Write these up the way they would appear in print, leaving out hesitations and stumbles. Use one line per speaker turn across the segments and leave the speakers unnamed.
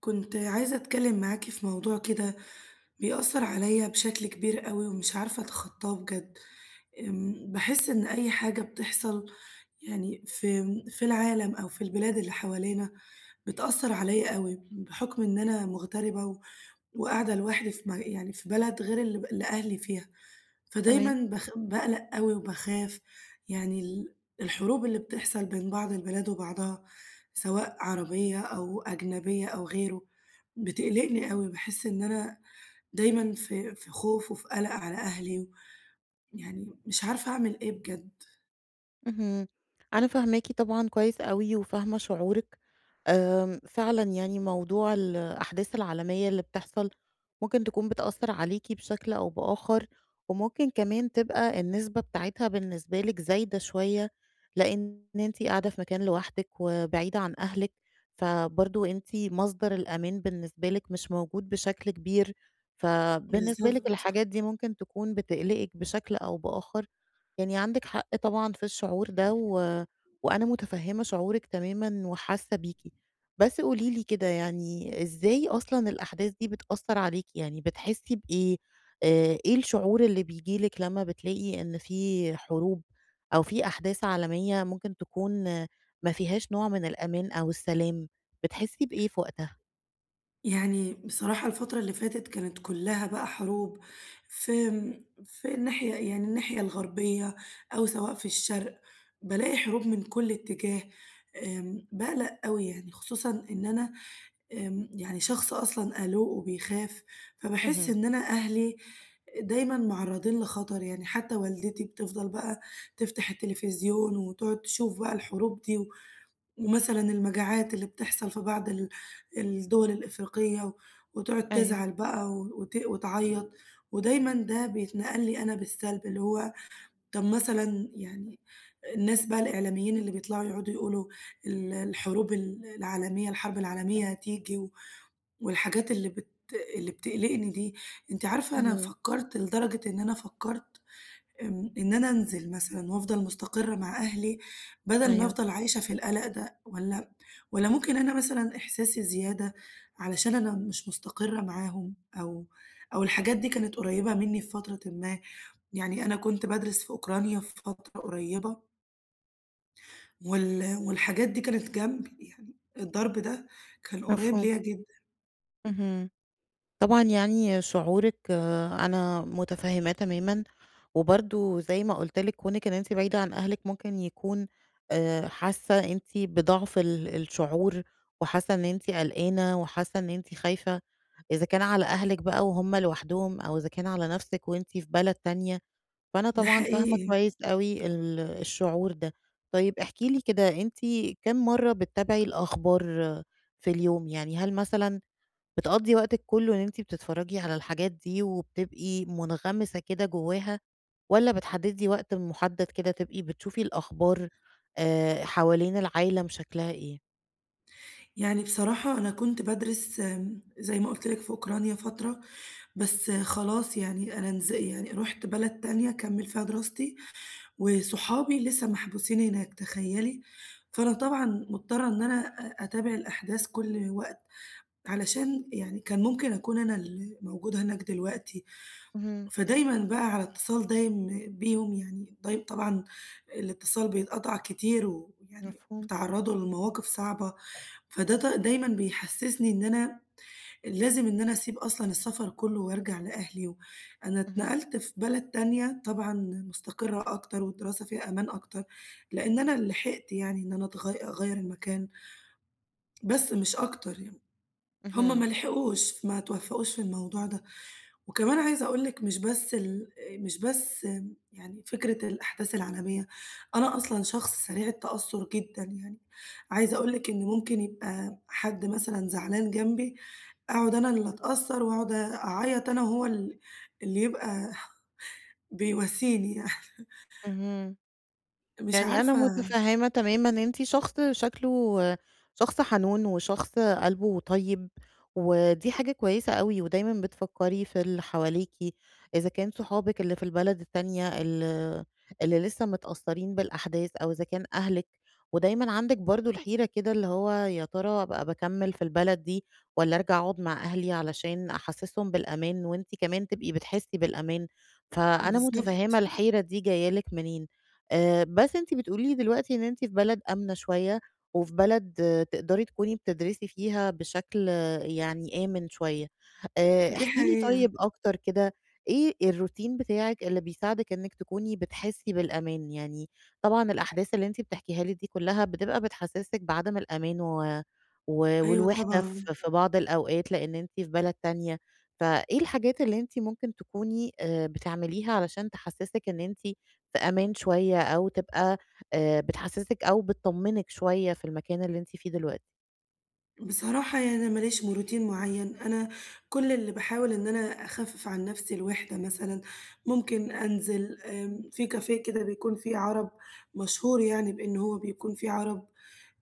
كنت عايزة أتكلم معاكِ في موضوع كده بيأثّر عليَّ بشكل كبير أوي، ومش عارفة أتخطّاه بجد. باحس إن أي حاجة بتحصل، يعني في العالم أو في البلاد اللي حوالينا بتأثّر عليَّ أوي، بحُكم إن أنا مغتربة وقاعدة لوحدي في م يعني في بلد غير اللي أهلي فيها.
تمام،
فدايمًا باقلق أوي وباخاف. يعني الحروب اللي بتحصل بين بعض البلاد وبعضها، سواء عربية أو أجنبية أو غيره، بتقلقني أوي. باحس إن أنا دايمًا في خوف وفي قلق على أهلي. يعني مش عارفة أعمل إيه بجد.
اهم. أنا فاهماكِ طبعًا كويس أوي وفاهمة شعورِك، فعلًا يعني موضوع الأحداث العالمية اللي بتحصل ممكن تكون بتأثّر عليكِ بشكل أو بآخر، وممكن كمان تبقى النسبة بتاعتها بالنسبة لِك زايدة شوية، لإن أنتِ قاعدة في مكان لوحدِك وبعيدة عن أهلِك، فبرضه أنتِ مصدر الأمان بالنسبة لِك مش موجود بشكل كبير، فبالنسبة لِك
بالضبط.
الحاجات دي ممكن تكون بتقلقِك بشكل أو بآخر، يعني عندِك حق طبعًا في الشعور ده، و وأنا متفهمة شعورِك تمامًا وحاسة بيكِ. بس قولي لي كده يعني إزاي أصلًا الأحداث دي بتأثّر عليكِ؟ يعني بتحسي بإيه؟ إيه الشعور اللي بييجي لِك لمّا بتلاقي إن في حروب أو في أحداث عالمية ممكن تكون ما فيهاش نوع من الأمان أو السلام، بتحسي بإيه في وقتها؟
يعني بصراحة الفترة اللي فاتت كانت كلها بقى حروب في في الناحية، يعني الناحية الغربية أو سواء في الشرق، بلاقي حروب من كل اتجاه. بقلق قوي، يعني خصوصا إن أنا يعني شخص أصلا قلق وبيخاف. فبحس
اهم،
إن أنا أهلي دايما معرضين لخطر، يعني حتى والدتي بتفضل بقى تفتح التلفزيون وتقعد تشوف بقى الحروب دي، ومثلًا المجاعات اللي بتحصل في بعض الدول الإفريقية، وتقعد
أيوه،
تزعل بقى و وت وتعيّط، ودايمًا ده بيتنقل لي أنا بالسلب، اللي هو طب مثلًا، يعني الناس بقى الإعلاميين اللي بيطلعوا يقعدوا يقولوا ال الحروب ال العالمية الحرب العالمية هتيجي، والحاجات اللي بتقلقني دي. أنتِ عارفة أنا
اهم،
فكّرت لدرجة إن أنا فكّرت، إن أنا أنزل مثلًا وأفضل مستقرة مع أهلي، بدل ما
أيوه،
أفضل عايشة في القلق ده. والّا ممكن أنا مثلًا إحساسي زيادة علشان أنا مش مستقرة معاهم، أو الحاجات دي كانت قريبة مني في فترةٍ ما. يعني أنا كنت بادرس في أوكرانيا في فترة قريبة، والحاجات دي كانت جنبي، يعني الضرب ده كان قريب
مفهوم،
ليّا جدًا.
اهم. طبعًا يعني شعورِك أنا متفهّماه تمامًا، وبرضه زي ما قُلت لِك كونِك إن أنتِ بعيدة عن أهلِك ممكن يكون حاسة أنتِ بضعف الشعور، وحاسة إن أنتِ قلقانة، وحاسة إن أنتِ خايفة، إذا كان على أهلِك بقى وهُم لوحدهم، أو إذا كان على نفسِك وأنتِ في بلد تانية، فأنا
ده
طبعًا فاهمة
حقيقي.
كويس أوي الشعور ده. طيب احكي لي كده أنتِ كام مرّة بتتابعي الأخبار في اليوم؟ يعني هل مثلًا بتقضّي وقتِك كلّه إن أنتِ بتتفرّجي على الحاجات دي وبتبقي مُنغمسة كده جواها، والّا بتحدّدي وقت محدّد كده تبقي بتشوفي الأخبار حوالين العالم شكلها إيه؟
يعني بصراحة أنا كنت بادرس، زي ما قُلت لِك، في أوكرانيا فترة. بس خلاص، يعني أنا يعني رُحت بلد تانية أكمّل فيها دراستي، وصحابي لسه محبوسين هناك تخيّلي! فأنا طبعًا مضطرة إن أنا أتابع الأحداث كل وقت، علشان يعني كان ممكن أكون أنا اللي موجودة هناك دلوقتي.
اهم،
فدايمًا بقى على اتصال دايم بيهم، يعني طبعًا الاتصال بيتقطع كتير، ويعني
مفهوم،
بيتعرّضوا لمواقف صعبة. فده دايمًا بيحسّسني إن أنا لازم إن أنا أسيب أصلًا السفر كُلّه وأرجع لأهلي. و أنا
اهم،
اتنقلت في بلد تانية طبعًا مستقرة أكتر، والدراسة فيها أمان أكتر، لإن أنا لحقت، يعني إن أنا أغيّر المكان، بس مش أكتر يعني. هم
اهم،
ما لحقوش، ما توفّقوش في الموضوع ده. وكمان عايزة أقول لِك مش بس يعني فكرة الأحداث العالمية، أنا أصلًا شخص سريع التأثُّر جدًا يعني. عايزة أقول لِك إن ممكن يبقى حد مثلًا زعلان جنبي، أقعد أنا اللي أتأثّر وأقعد أعيّط أنا وهو اللي يبقى بيواسيني يعني.
اهم.
مش
يعني أنا
عارفة.
متفهّمة تمامًا أنتِ شخص شكله شخص حنون وشخص قلبه طيب، ودي حاجة كويسة أوي ودايمًا بتفكّري في اللي حواليكِ، إذا كان صحابِك اللي في البلد التانية اللي لسه متأثّرين بالأحداث أو إذا كان أهلِك، ودايمًا عندِك برضه الحيرة كده اللي هو يا ترى أبقى باكمّل في البلد دي والّا أرجع أقعد مع أهلي علشان أحسّسهم بالأمان وأنتِ كمان تبقي بتحسّي بالأمان، فأنا متفهّمة
بالضبط،
الحيرة دي جاية لِك منين. بس أنتِ بتقولي لي دلوقتي إن أنتِ في بلد آمنة شوية، وفي بلد تقدري تكوني بتدرسي فيها بشكل يعني آمن شوية.
دي
احكِ لي
حقيقة.
طيب أكتر كده، إيه الروتين بتاعِك اللي بيساعدِك إنِك تكوني بتحسي بالأمان؟ يعني طبعًا الأحداث اللي أنتِ بتحكيها لي دي كلها بتبقى بتحسسِك بعدم الأمان و و
أيوه
والوحدة
طبعًا.
في بعض الأوقات، لإن أنتِ في بلد تانية، فإيه الحاجات اللي أنتِ ممكن تكوني بتعمليها علشان تحسسِك إن أنتِ في أمان شوية أو تبقى بتحسّسِك أو بتطمّنِك شوية في المكان اللي أنتِ فيه دلوقتي.
بصراحة يعني أنا ما ليش روتين معيّن. أنا كل اللي باحاول إن أنا أخفِّف عن نَفْسي الوِحدة مثلًا، ممكن أنزل في كافيه كده بيكون فيه عَرَب، مشهور يعني بإن هو بيكون فيه عَرَب.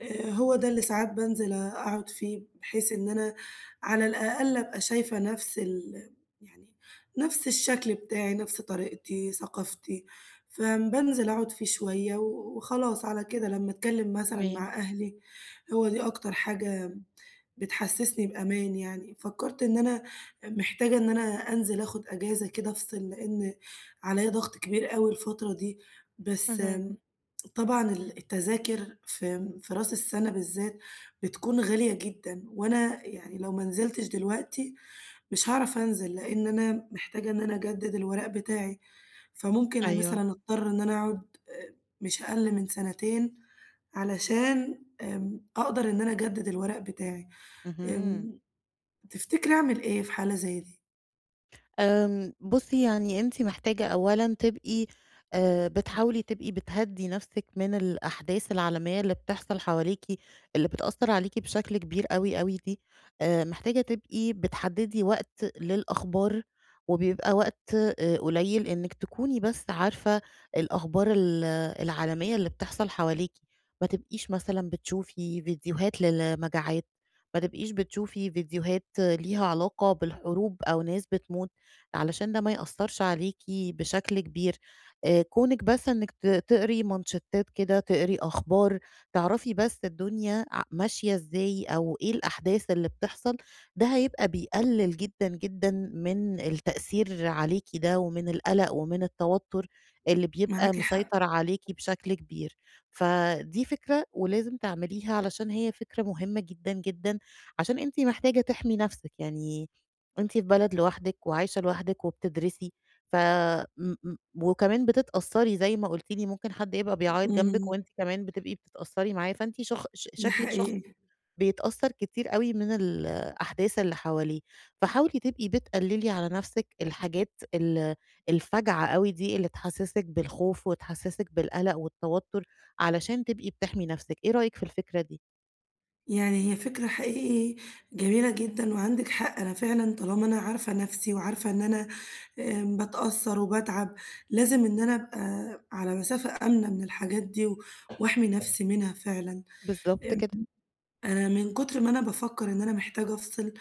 هو ده اللي ساعات بانزل أقعُد فيه، بحيث إن أنا على الأقل أبقى شايفة نَفْس ال يعني نَفْس الشكل بتاعي، نَفْس طريقتي، ثقافتي. فبانزل أقعُد فيه شوية وخلاص على كده، لمّا أتكلِّم مثلًا
تمام،
مع أهلي. هو دي أكتر حاجة بتحسسني بأمان يعني. فكرت إن أنا محتاجة إن أنا أنزل آخد أجازة كده أفصل، لإن عليّا ضغط كبير أوي الفترة دي. بس
اهم،
طبعًا ال التذاكر في راس السنة بالذات بتكون غالية جدًا. وأنا يعني لو ما نزلتش دلوقتي مش هاعرف أنزل، لإن أنا محتاجة إن أنا أجدد الورق بتاعي. فممكن أنا
أيوه،
مثلًا أضطر إن أنا أقعد، آآ، مش أقل من سنتين علشان أقدر إن أنا أجدد الورق بتاعي.
اهم.
آمم، تفتكري أعمل إيه في حالة زي دي؟
بُصّي يعني أنتِ محتاجة أولًا تبقي بتحاولي تبقي بتهدّي نفسِك من الأحداث العالمية اللي بتحصل حواليكِ، اللي بتأثّر عليكِ بشكل كبير أوي، أوي دي، محتاجة تبقي بتحدّدي وقت للأخبار، وبيبقى وقت قليل إنِّك تكوني بس عارفة الأخبار العالمية اللي بتحصل حواليكِ، ما تبقيش مثلًا بتشوفي فيديوهات للمجاعات، ما تبقيش بتشوفي فيديوهات ليها علاقة بالحروب أو ناس بتموت. علشان ده ما يأثّرش عليكِ بشكل كبير. كونِك بس إنِّك تقري مانشيتات كده، تقري أخبار، تعرفي بس الدنيا ماشية إزاي أو إيه الأحداث اللي بتحصل، ده هيبقى بيقلِّل جدًا، جدًا من التأثير عليكِ ده ومن القلق ومن التوتُّر اللي بيبقى
معاكِ حق.
مسيطر عليكِ بشكل كبير. فدي فكرة ولازم تعمليها علشان هي فكرة مهمة جدًا، جدًا، عشان أنتِ محتاجة تحمي نَفْسِك. يعني أنتِ في بلد لوحدِك وعايشة لوحدِك وبتدرسي، ف م م وكمان بتتأثّري زي ما قُلتِ لي ممكن حد يبقى بيعيّط جنبِك
إمم.
وأنتِ كمان بتبقي بتتأثّري معاه، فأنتِ شخ ش
ده
شكلِك شخص
حقيقي.
بيتأثّر كتير أوي من الأحداث اللي حواليه، فحاولي تبقي بتقلّلي على نَفْسِك الحاجات الفَجعة أوي دي اللي تحسّسِك بالخوف وتحسّسِك بالقلق والتوتُّر علشان تبقي بتحمي نَفْسِك، إيه رأيِك في الفكرة دي؟
يعني هي فكرة حقيقي جميلة جدًا، وعندِك حق. أنا فعلًا طالما أنا عارفة نَفْسي وعارفة إن أنا باتأثّر وباتعب، لازم إن أنا أبقى على مسافة آمنة من الحاجات دي و وأحمي نَفْسي منها فعلًا.
بالضبط
آمم،
كده.
أنا من كتر ما أنا بافكّر إن أنا محتاجة أفصل،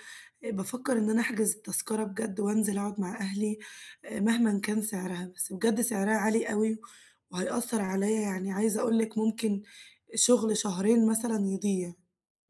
بافكّر إن أنا أحجز التذكرة بجد وأنزل أقعد مع أهلي، مهمًا كان سعرها. بس بجد سعرها عالي أوي وهيأثّر عليّا. يعني عايزة أقول لِك ممكن شغل شهرين مثلًا يضيع.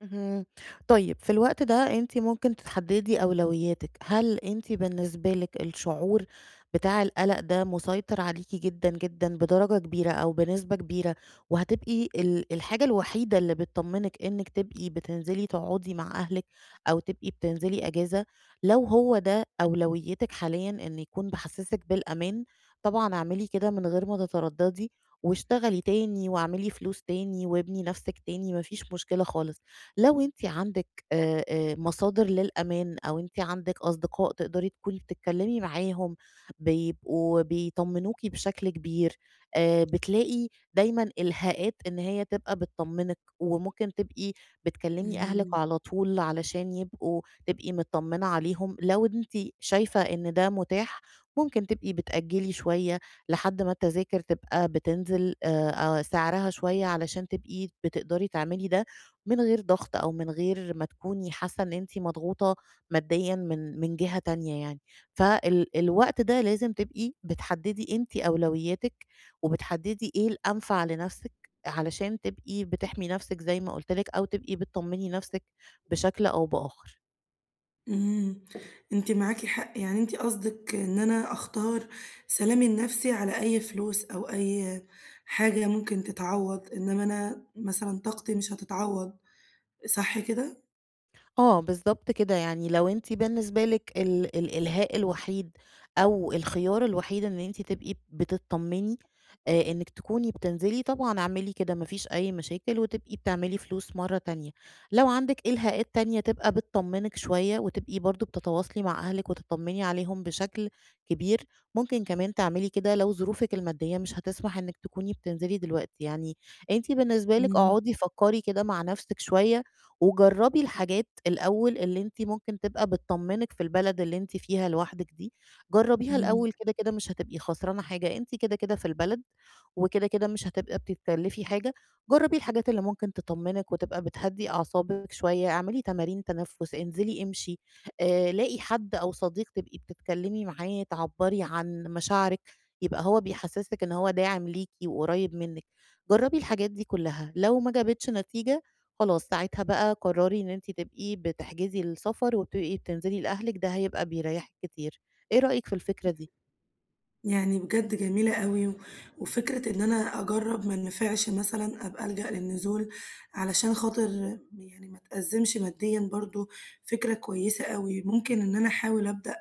اهم. طيب في الوقت ده أنتِ ممكن تحددي أولوياتِك، هل أنتِ بالنسبة لِك الشعور بتاع القلق ده مسيطر عليكِ جدًا، جدًا بدرجة كبيرة أو بنسبة كبيرة، وهتبقي الحاجة الوحيدة اللي بتطمنِك إنِك تبقي بتنزلي تقعدي مع أهلِك أو تبقي بتنزلي أجازة، لو هو ده أولويتِك حاليًا إن يكون بيحسسِك بالأمان، طبعًا اعملي كده من غير ما تترددي، واشتغلي تاني واعملي فلوس تاني، وابني نفسِك تاني ما فيش مشكلة خالص. لو أنتِ عندِك مصادر للأمان أو أنتِ عندِك أصدقاء تقدري تكوني بتتكلمي معاهم، بيبقوا بيطمنوكِ بشكل كبير، بتلاقي دايمًا إلهاءات إن هي تبقى بتطمنِك، وممكن تبقي بتكلمي أهلِك
إمم.
على طول علشان يبقوا تبقي متطمنة عليهم، لو أنتِ شايفة إن ده متاح ممكن تبقي بتأجلي شوية لحد ما التذاكر تبقى بتنزل سعرها شوية علشان تبقي بتقدري تعملي ده. من غير ضغط أو من غير ما تكوني حاسة إن أنتِ مضغوطة ماديًا من جهة تانية يعني. الوقت ده لازم تبقي بتحددي أنتِ أولوياتِك، وبتحددي إيه الأنفع لنفسِك علشان تبقي بتحمي نفسِك زي ما قُلت لِك، أو تبقي بتطمني نفسِك بشكل أو بآخر.
إمم. أنتِ معاكِ حق، يعني أنتِ قصدِك إن أنا أختار سلامي النفسي على أي فلوس أو أي حاجة ممكن تتعوّض، إنّما أنا مثلًا طاقتي مش هتتعوّض، صح كده؟
آه، بالضبط كده، يعني لو أنتِ بالنسبة لِك الإلهاء الوحيد أو الخيار الوحيد إن أنتِ تبقي بتتطمني إنِك تكوني بتنزلي، طبعًا اعملي كده ما فيش أي مشاكل وتبقي بتعملي فلوس مرّة تانية. لو عندِك إلهاءات تانية تبقى بتطمنِك شوية وتبقي برضه بتتواصلي مع أهلِك وتطمني عليهم بشكل كبير، ممكن كمان تعملي كده لو ظروفِك المادية مش هتسمح إنِك تكوني بتنزلي دلوقتي، يعني أنتِ بالنسبة لِك
إمم.
اقعدي فكّري كده مع نفسِك شوية وجرّبي الحاجات الأول اللي أنتِ ممكن تبقى بتطمّنِك في البلد اللي أنتِ فيها لوحدِك دي، جرّبيها
إمم.
الأول كده، كده مش هتبقي خسرانة حاجة، أنتِ كده، كده في البلد، وكده، كده مش هتبقى بتتكلّفي حاجة، جرّبي الحاجات اللي ممكن تطمّنِك وتبقى بتهدّي أعصابِك شوية، اعملي تمارين تنفُّس، انزلي امشي، لاقي حد أو صديق تبقي بتتكلّمي معاه، تعبّري عن مشاعرِك، يبقى هو بيحسّسِك إن هو داعم ليكِ وقريّب منِّك. جرّبي الحاجات دي كُلّها، لو ما جابتش نتيجة خلاص ساعتها بقى قرّري إن أنتِ تبقي بتحجزي السفر وبتبقي بتنزلي لأهلِك، ده هيبقى بيريّحِك كتير. إيه رأيِك في الفكرة دي؟
يعني بجد جميلة أوي، و وفكرة إن أنا أجرّب ما نفعش مثلًا أبقى ألجأ للنزول علشان خاطر يعني ما أتأزمش ماديًا برضه، فكرة كويسة أوي. ممكن إن أنا أحاول أبدأ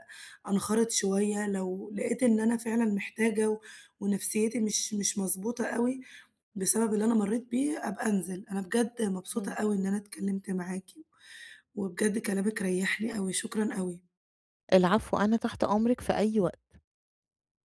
أنخرط شوية لو لقيت إن أنا فعلًا محتاجة، و ونفسيتي مش مضبوطة أوي بسبب اللي أنا مرّيت بيه، أبقى أنزل. أنا بجد مبسوطة
إمم.
أوي إن أنا اتكلمت معاكِ، وبجد كلامِك ريّحني أوي. شكرًا أوي.
العفو، أنا تحت أمرِك في أي وقت.